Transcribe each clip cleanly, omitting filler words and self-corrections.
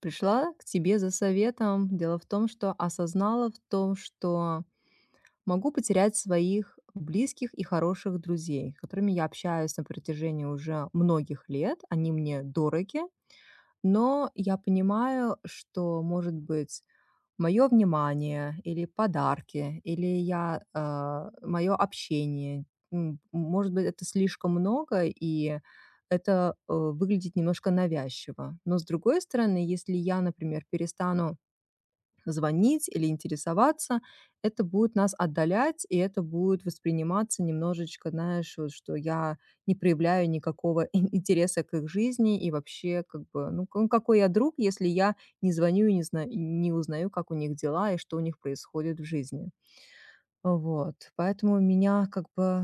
Пришла к тебе за советом. Дело в том, что осознала в том, что могу потерять своих близких и хороших друзей, с которыми я общаюсь на протяжении уже многих лет. Они мне дороги, но я понимаю, что, может быть, мое внимание или подарки, или я, мое общение. Может быть, это слишком много, и это, выглядит немножко навязчиво. Но, с другой стороны, если я, например, перестану звонить или интересоваться, это будет нас отдалять, и это будет восприниматься немножечко, знаешь, вот что я не проявляю никакого интереса к их жизни и вообще, как бы, ну, ну, какой я друг, если я не звоню и не, знаю, не узнаю, как у них дела и что у них происходит в жизни. Вот, поэтому у меня как бы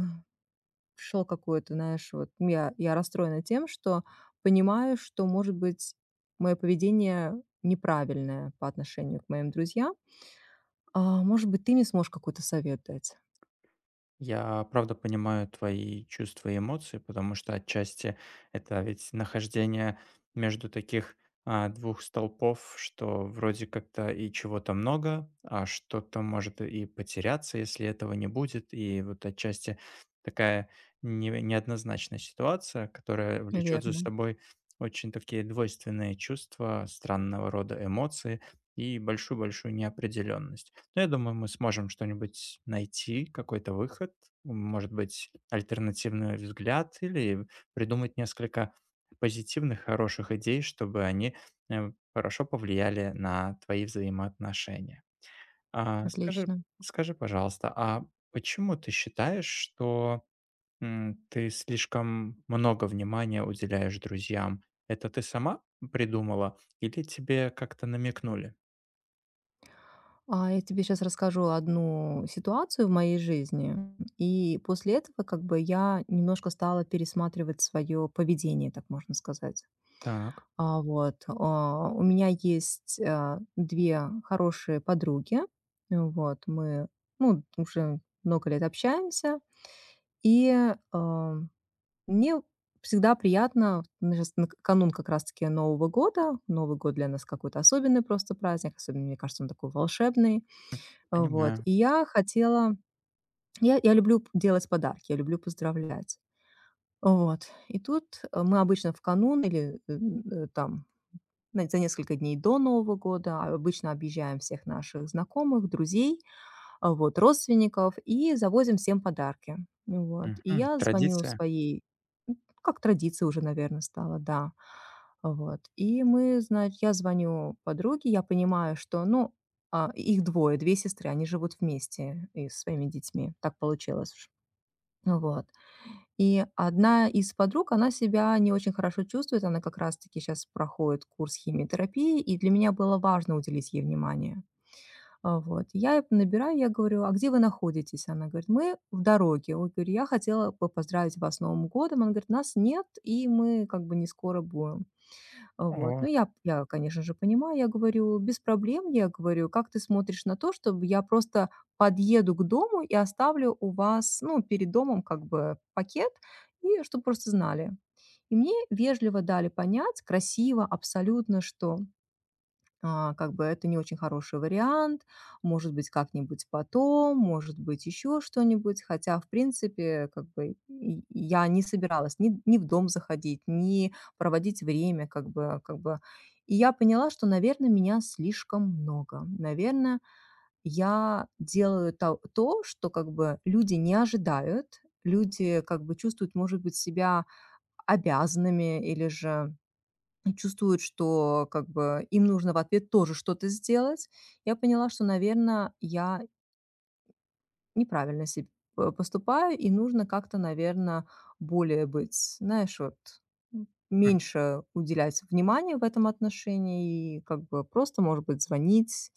шел какой-то, знаешь, вот ну, я расстроена тем, что понимаю, что, может быть, мое поведение неправильное по отношению к моим друзьям, а, может быть, ты мне сможешь какой-то совет дать? Я правда понимаю твои чувства и эмоции, потому что отчасти это ведь нахождение между таких двух столпов, что вроде как-то и чего-то много, а что-то может и потеряться, если этого не будет. И вот отчасти такая неоднозначная ситуация, которая влечет за Верно, собой очень такие двойственные чувства, странного рода эмоции и большую-большую неопределенность. Но я думаю, мы сможем что-нибудь найти, какой-то выход, может быть, альтернативный взгляд или придумать несколько позитивных, хороших идей, чтобы они хорошо повлияли на твои взаимоотношения. А, скажи, отлично. Скажи, пожалуйста, а почему ты считаешь, что ты слишком много внимания уделяешь друзьям? Это ты сама придумала или тебе как-то намекнули? А я тебе сейчас расскажу одну ситуацию в моей жизни, и после этого как бы я немножко стала пересматривать свое поведение, так можно сказать. Так. У меня есть, 2 хорошие подруги. Вот, мы, ну, уже много лет общаемся, и, а, мне всегда приятно, мы щас нак канун как раз таки Нового года. Новый год для нас какой-то особенный просто праздник, особенно, мне кажется, он такой волшебный. А, вот, Понимаю. и я хотела, я люблю п делать подарки, я люблю поздравлять. Вот, и тут, мы обычно в канун или, там На за несколько дней до Нового года обычно объезжаем всех наших знакомых, друзей, вот, родственников и завозим всем подарки. Ну вот. И Мгм. я звоню Традиция? своей м, как традиция уже, наверное, стала, да. Вот. Я звоню подруге, я понимаю, что, ну, их двое, 2 сестры, они живут вместе и со своими детьми. Так получилось уж. Вот. И одна из подруг, она себя не очень хорошо чувствует, она как раз-таки сейчас проходит курс химиотерапии, и для меня было важно уделить ей внимание. А, вот. Я её набираю, я говорю: "А где вы находитесь?" Она говорит: "Мы в дороге". Вот, говорю: "Я хотела бы поздравить вас с Новым годом". Она говорит: "Нас нет, и мы как бы не скоро будем". Вот. О, Ну, конечно же, понимаю, я говорю: "Без проблем". Я говорю: "Как ты смотришь на то, чтобы я просто подъеду к дому и оставлю у вас, ну, перед домом как бы пакет, и чтоб просто знали". И мне вежливо дали понять, красиво абсолютно, что как бы это не очень хороший вариант, может быть, как-нибудь потом, может быть, еще что-нибудь. Хотя, в принципе, как бы и я не собиралась ни в дом заходить, ни проводить время, как бы, как бы. И я поняла, что, наверное, меня слишком много. Наверное, я делаю то, что как бы люди не ожидают, люди как бы чувствуют, может быть, себя обязанными или же чувствуют, что как бы им нужно в ответ тоже что-то сделать. Я поняла, что, наверное, я неправильно себе поступаю, и нужно как-то, наверное, более быть, знаешь, вот, м, меньше уделять внимания в этом отношении и как бы просто, может быть, звонить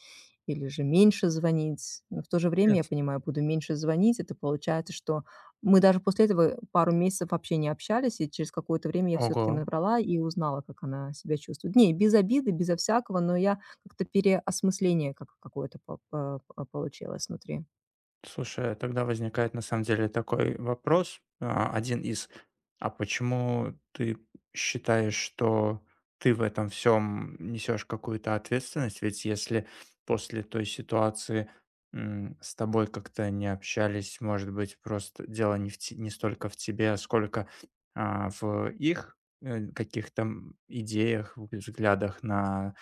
или же меньше звонить. Но в то же время, я интересно. понимаю, буду меньше звонить. Это получается, что мы даже после этого пару месяцев вообще не общались, и через какое-то время я все таки Ого. набрала и узнала, как она себя чувствует. Не, без обиды, безо всякого, но я как-то переосмысление как какое-то по получилось внутри. Слушай, тогда возникает на самом деле такой вопрос, один из: а почему ты считаешь, что ты в этом всем несешь какую-то ответственность? Ведь если после той ситуации, с тобой как-то не общались, может быть, просто дело не столько в тебе, сколько, в их, каких-то, идеях, взглядах на.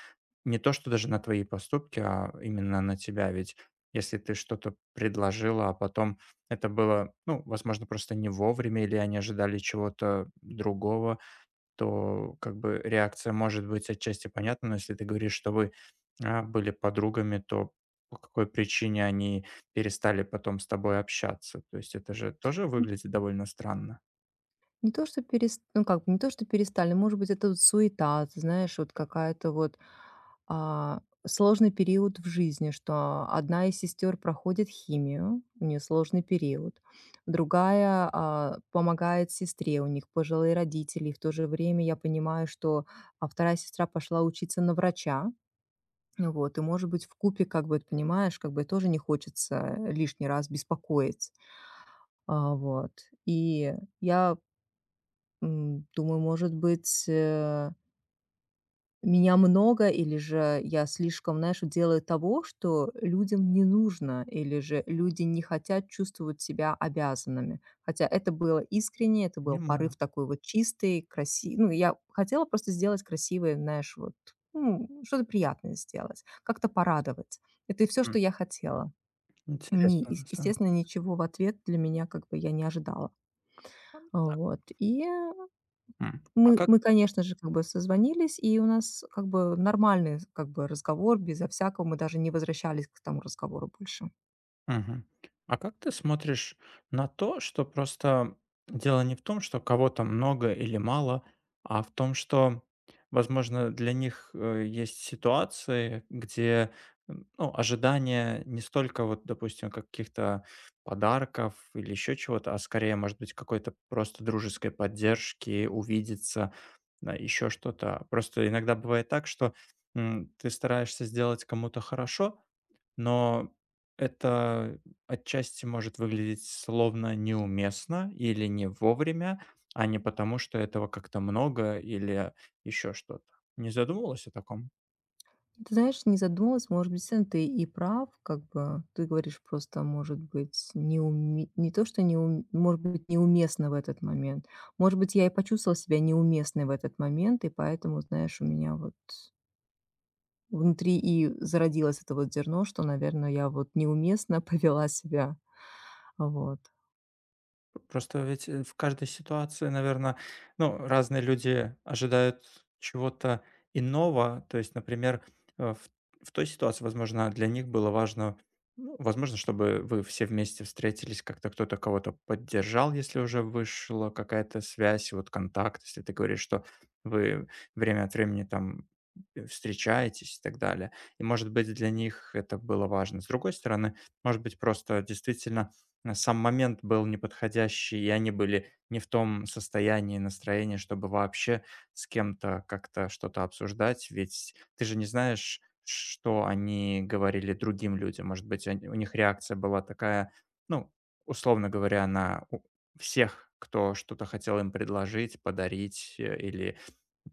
Не то, что даже на твои поступки, а именно на тебя. Ведь если ты что-то предложила, а потом это было, ну, возможно, просто не вовремя, или они ожидали чего-то другого, то как бы реакция может быть отчасти понятна, но если ты говоришь, что вы были подругами, то по какой причине они перестали потом с тобой общаться? То есть это же тоже выглядит довольно странно. Не то, что перес, ну, как бы не то, что перестали, может быть, это вот суета, ты знаешь, вот какая-то вот, а, сложный период в жизни, что одна из сестер проходит химию, у нее сложный период, другая, помогает сестре, у них пожилые родители, и в то же время я понимаю, что, вторая сестра пошла учиться на врача. Ну вот, и, может быть, в купе как бы, ты понимаешь, как бы тоже не хочется лишний раз беспокоить. А, вот. И я, думаю, может быть, меня много, или же я слишком, знаешь, делаю того, что людям не нужно, или же люди не хотят чувствовать себя обязанными. Хотя это было искренне, это был Понимаю. порыв такой вот чистый, красивый. Ну, я хотела просто сделать красивое, знаешь, вот ну, что-то приятное сделать, как-то порадовать. Это и все, М, что я хотела. Не, Интересно, на самом естественно, деле. ничего в ответ для меня как бы я не ожидала. А, Вот. И м, а как конечно же, как бы созвонились, и у нас как бы нормальный как бы разговор, безо всякого. Мы даже не возвращались к тому разговору больше. Мгм. А как ты смотришь на то, что просто дело не в том, что кого-то много или мало, а в том, что, возможно, для них есть ситуации, где ну, ожидания не столько вот, допустим, каких-то подарков или еще чего-то, а скорее, может быть, какой-то просто дружеской поддержки, увидеться, еще что-то. Просто иногда бывает так, что ты стараешься сделать кому-то хорошо, но это отчасти может выглядеть словно неуместно или не вовремя, а не потому, что этого как-то много или еще что-то. Не задумывалась о таком? Ты знаешь, не задумалась, может быть, действительно ты и прав, как бы. Ты говоришь просто, может быть, не то, что не ум может быть, неуместно в этот момент. Может быть, я и почувствовала себя неуместной в этот момент, и поэтому, знаешь, у меня вот внутри и зародилось это вот зерно, что, наверное, я вот неуместно повела себя. Вот, Просто ведь, в каждой ситуации, наверное, ну, разные люди ожидают чего-то иного. То есть, например, э, в в той ситуации, возможно, для них было важно, ну, возможно, чтобы вы все вместе встретились, как-то кто-то кого-то поддержал, если уже вышла какая-то связь, вот контакт. Если ты говоришь, что вы время от времени там, встречаетесь и так далее. И, может быть, для них это было важно. С другой стороны, может быть, просто действительно сам момент был неподходящий, и они были не в том состоянии, настроении, чтобы вообще с кем-то как-то что-то обсуждать, ведь ты же не знаешь, что они говорили другим людям. Может быть, у них реакция была такая, ну, условно говоря, на всех, кто что-то хотел им предложить, подарить или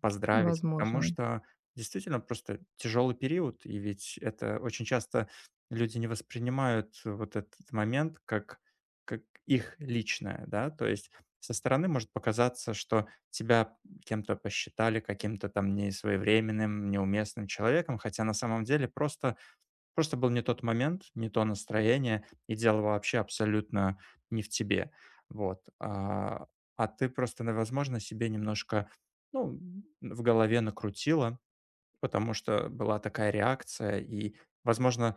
поздравить, потому возможно. что действительно просто тяжелый период, и ведь это очень часто люди не воспринимают вот этот момент как их личное, да. То есть со стороны может показаться, что тебя кем-то посчитали каким-то там несвоевременным, неуместным человеком, хотя на самом деле просто, просто был не тот момент, не то настроение, и дело вообще абсолютно не в тебе. Вот. А ты просто, возможно, себе немножко ну, в голове накрутила, потому что была такая реакция, и, возможно,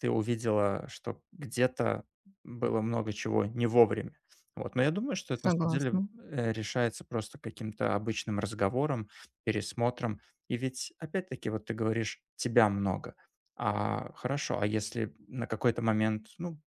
ты увидела, что где-то было много чего не вовремя. Вот. Но я думаю, что это на самом деле Согласна. Решается просто каким-то обычным разговором, пересмотром. И ведь, опять-таки, вот ты говоришь, тебя много. А хорошо, а если на какой-то момент, ну,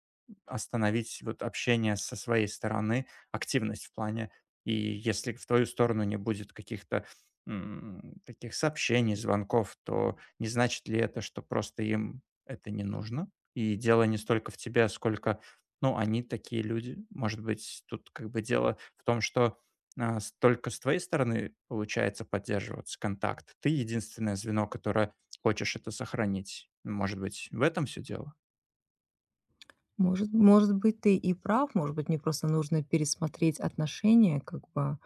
остановить вот общение со своей стороны, активность в плане. И если в твою сторону не будет каких-то таких сообщений, звонков, то не значит ли это, что просто им это не нужно? И дело не столько в тебе, сколько, ну, они такие люди. Может быть, тут как бы дело в том, что только с твоей стороны получается поддерживаться контакт. Ты единственное звено, которое хочешь это сохранить. Может быть, в этом все дело? Может быть, ты и прав, может быть, мне просто нужно пересмотреть отношения, как бы.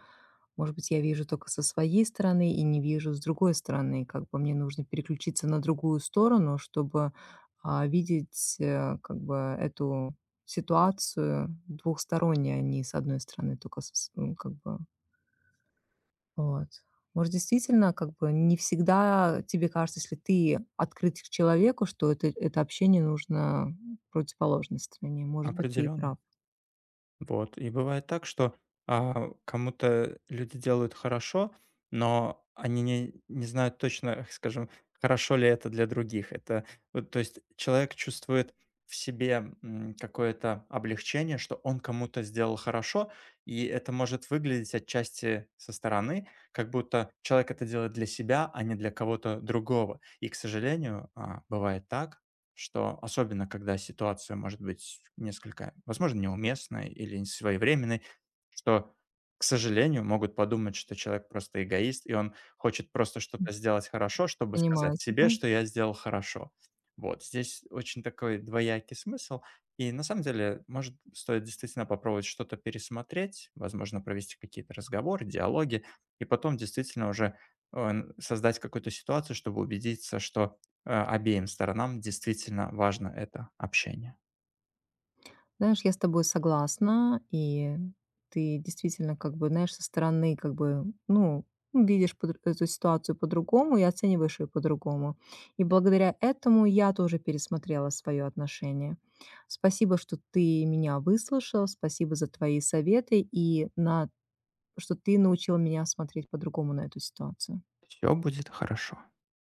Может быть, я вижу только со своей стороны и не вижу с другой стороны. Как бы мне нужно переключиться на другую сторону, чтобы, видеть, как бы эту ситуацию двухсторонне, а не с одной стороны только как бы вот. Может, действительно, как бы не всегда тебе кажется, если ты открыт к человеку, что это общение нужно противоположной стороне. Может быть, ты и Определенно. прав. Вот. И бывает так, что, кому-то люди делают хорошо, но они не знают точно, скажем, хорошо ли это для других. Это вот, то есть человек чувствует в себе, какое-то облегчение, что он кому-то сделал хорошо, и это может выглядеть отчасти со стороны, как будто человек это делает для себя, а не для кого-то другого. И, к сожалению, бывает так, что особенно, когда ситуация может быть несколько, возможно, неуместной или несвоевременной, что, к сожалению, могут подумать, что человек просто эгоист, и он хочет просто что-то сделать хорошо, чтобы сказать Понимаю себе, тебя. что я сделал хорошо. Вот, здесь очень такой двоякий смысл. И на самом деле, может, стоит действительно попробовать что-то пересмотреть, возможно, провести какие-то разговоры, диалоги, и потом действительно уже э, создать какую-то ситуацию, чтобы убедиться, что обеим сторонам действительно важно это общение. Знаешь, я с тобой согласна, и ты действительно, как бы, знаешь, со стороны, как бы, ну, видишь эту ситуацию по-другому и оцениваешь ее по-другому. И благодаря этому я тоже пересмотрела свое отношение. Спасибо, что ты меня выслушал, спасибо за твои советы, и на что ты научила меня смотреть по-другому на эту ситуацию. Все будет хорошо.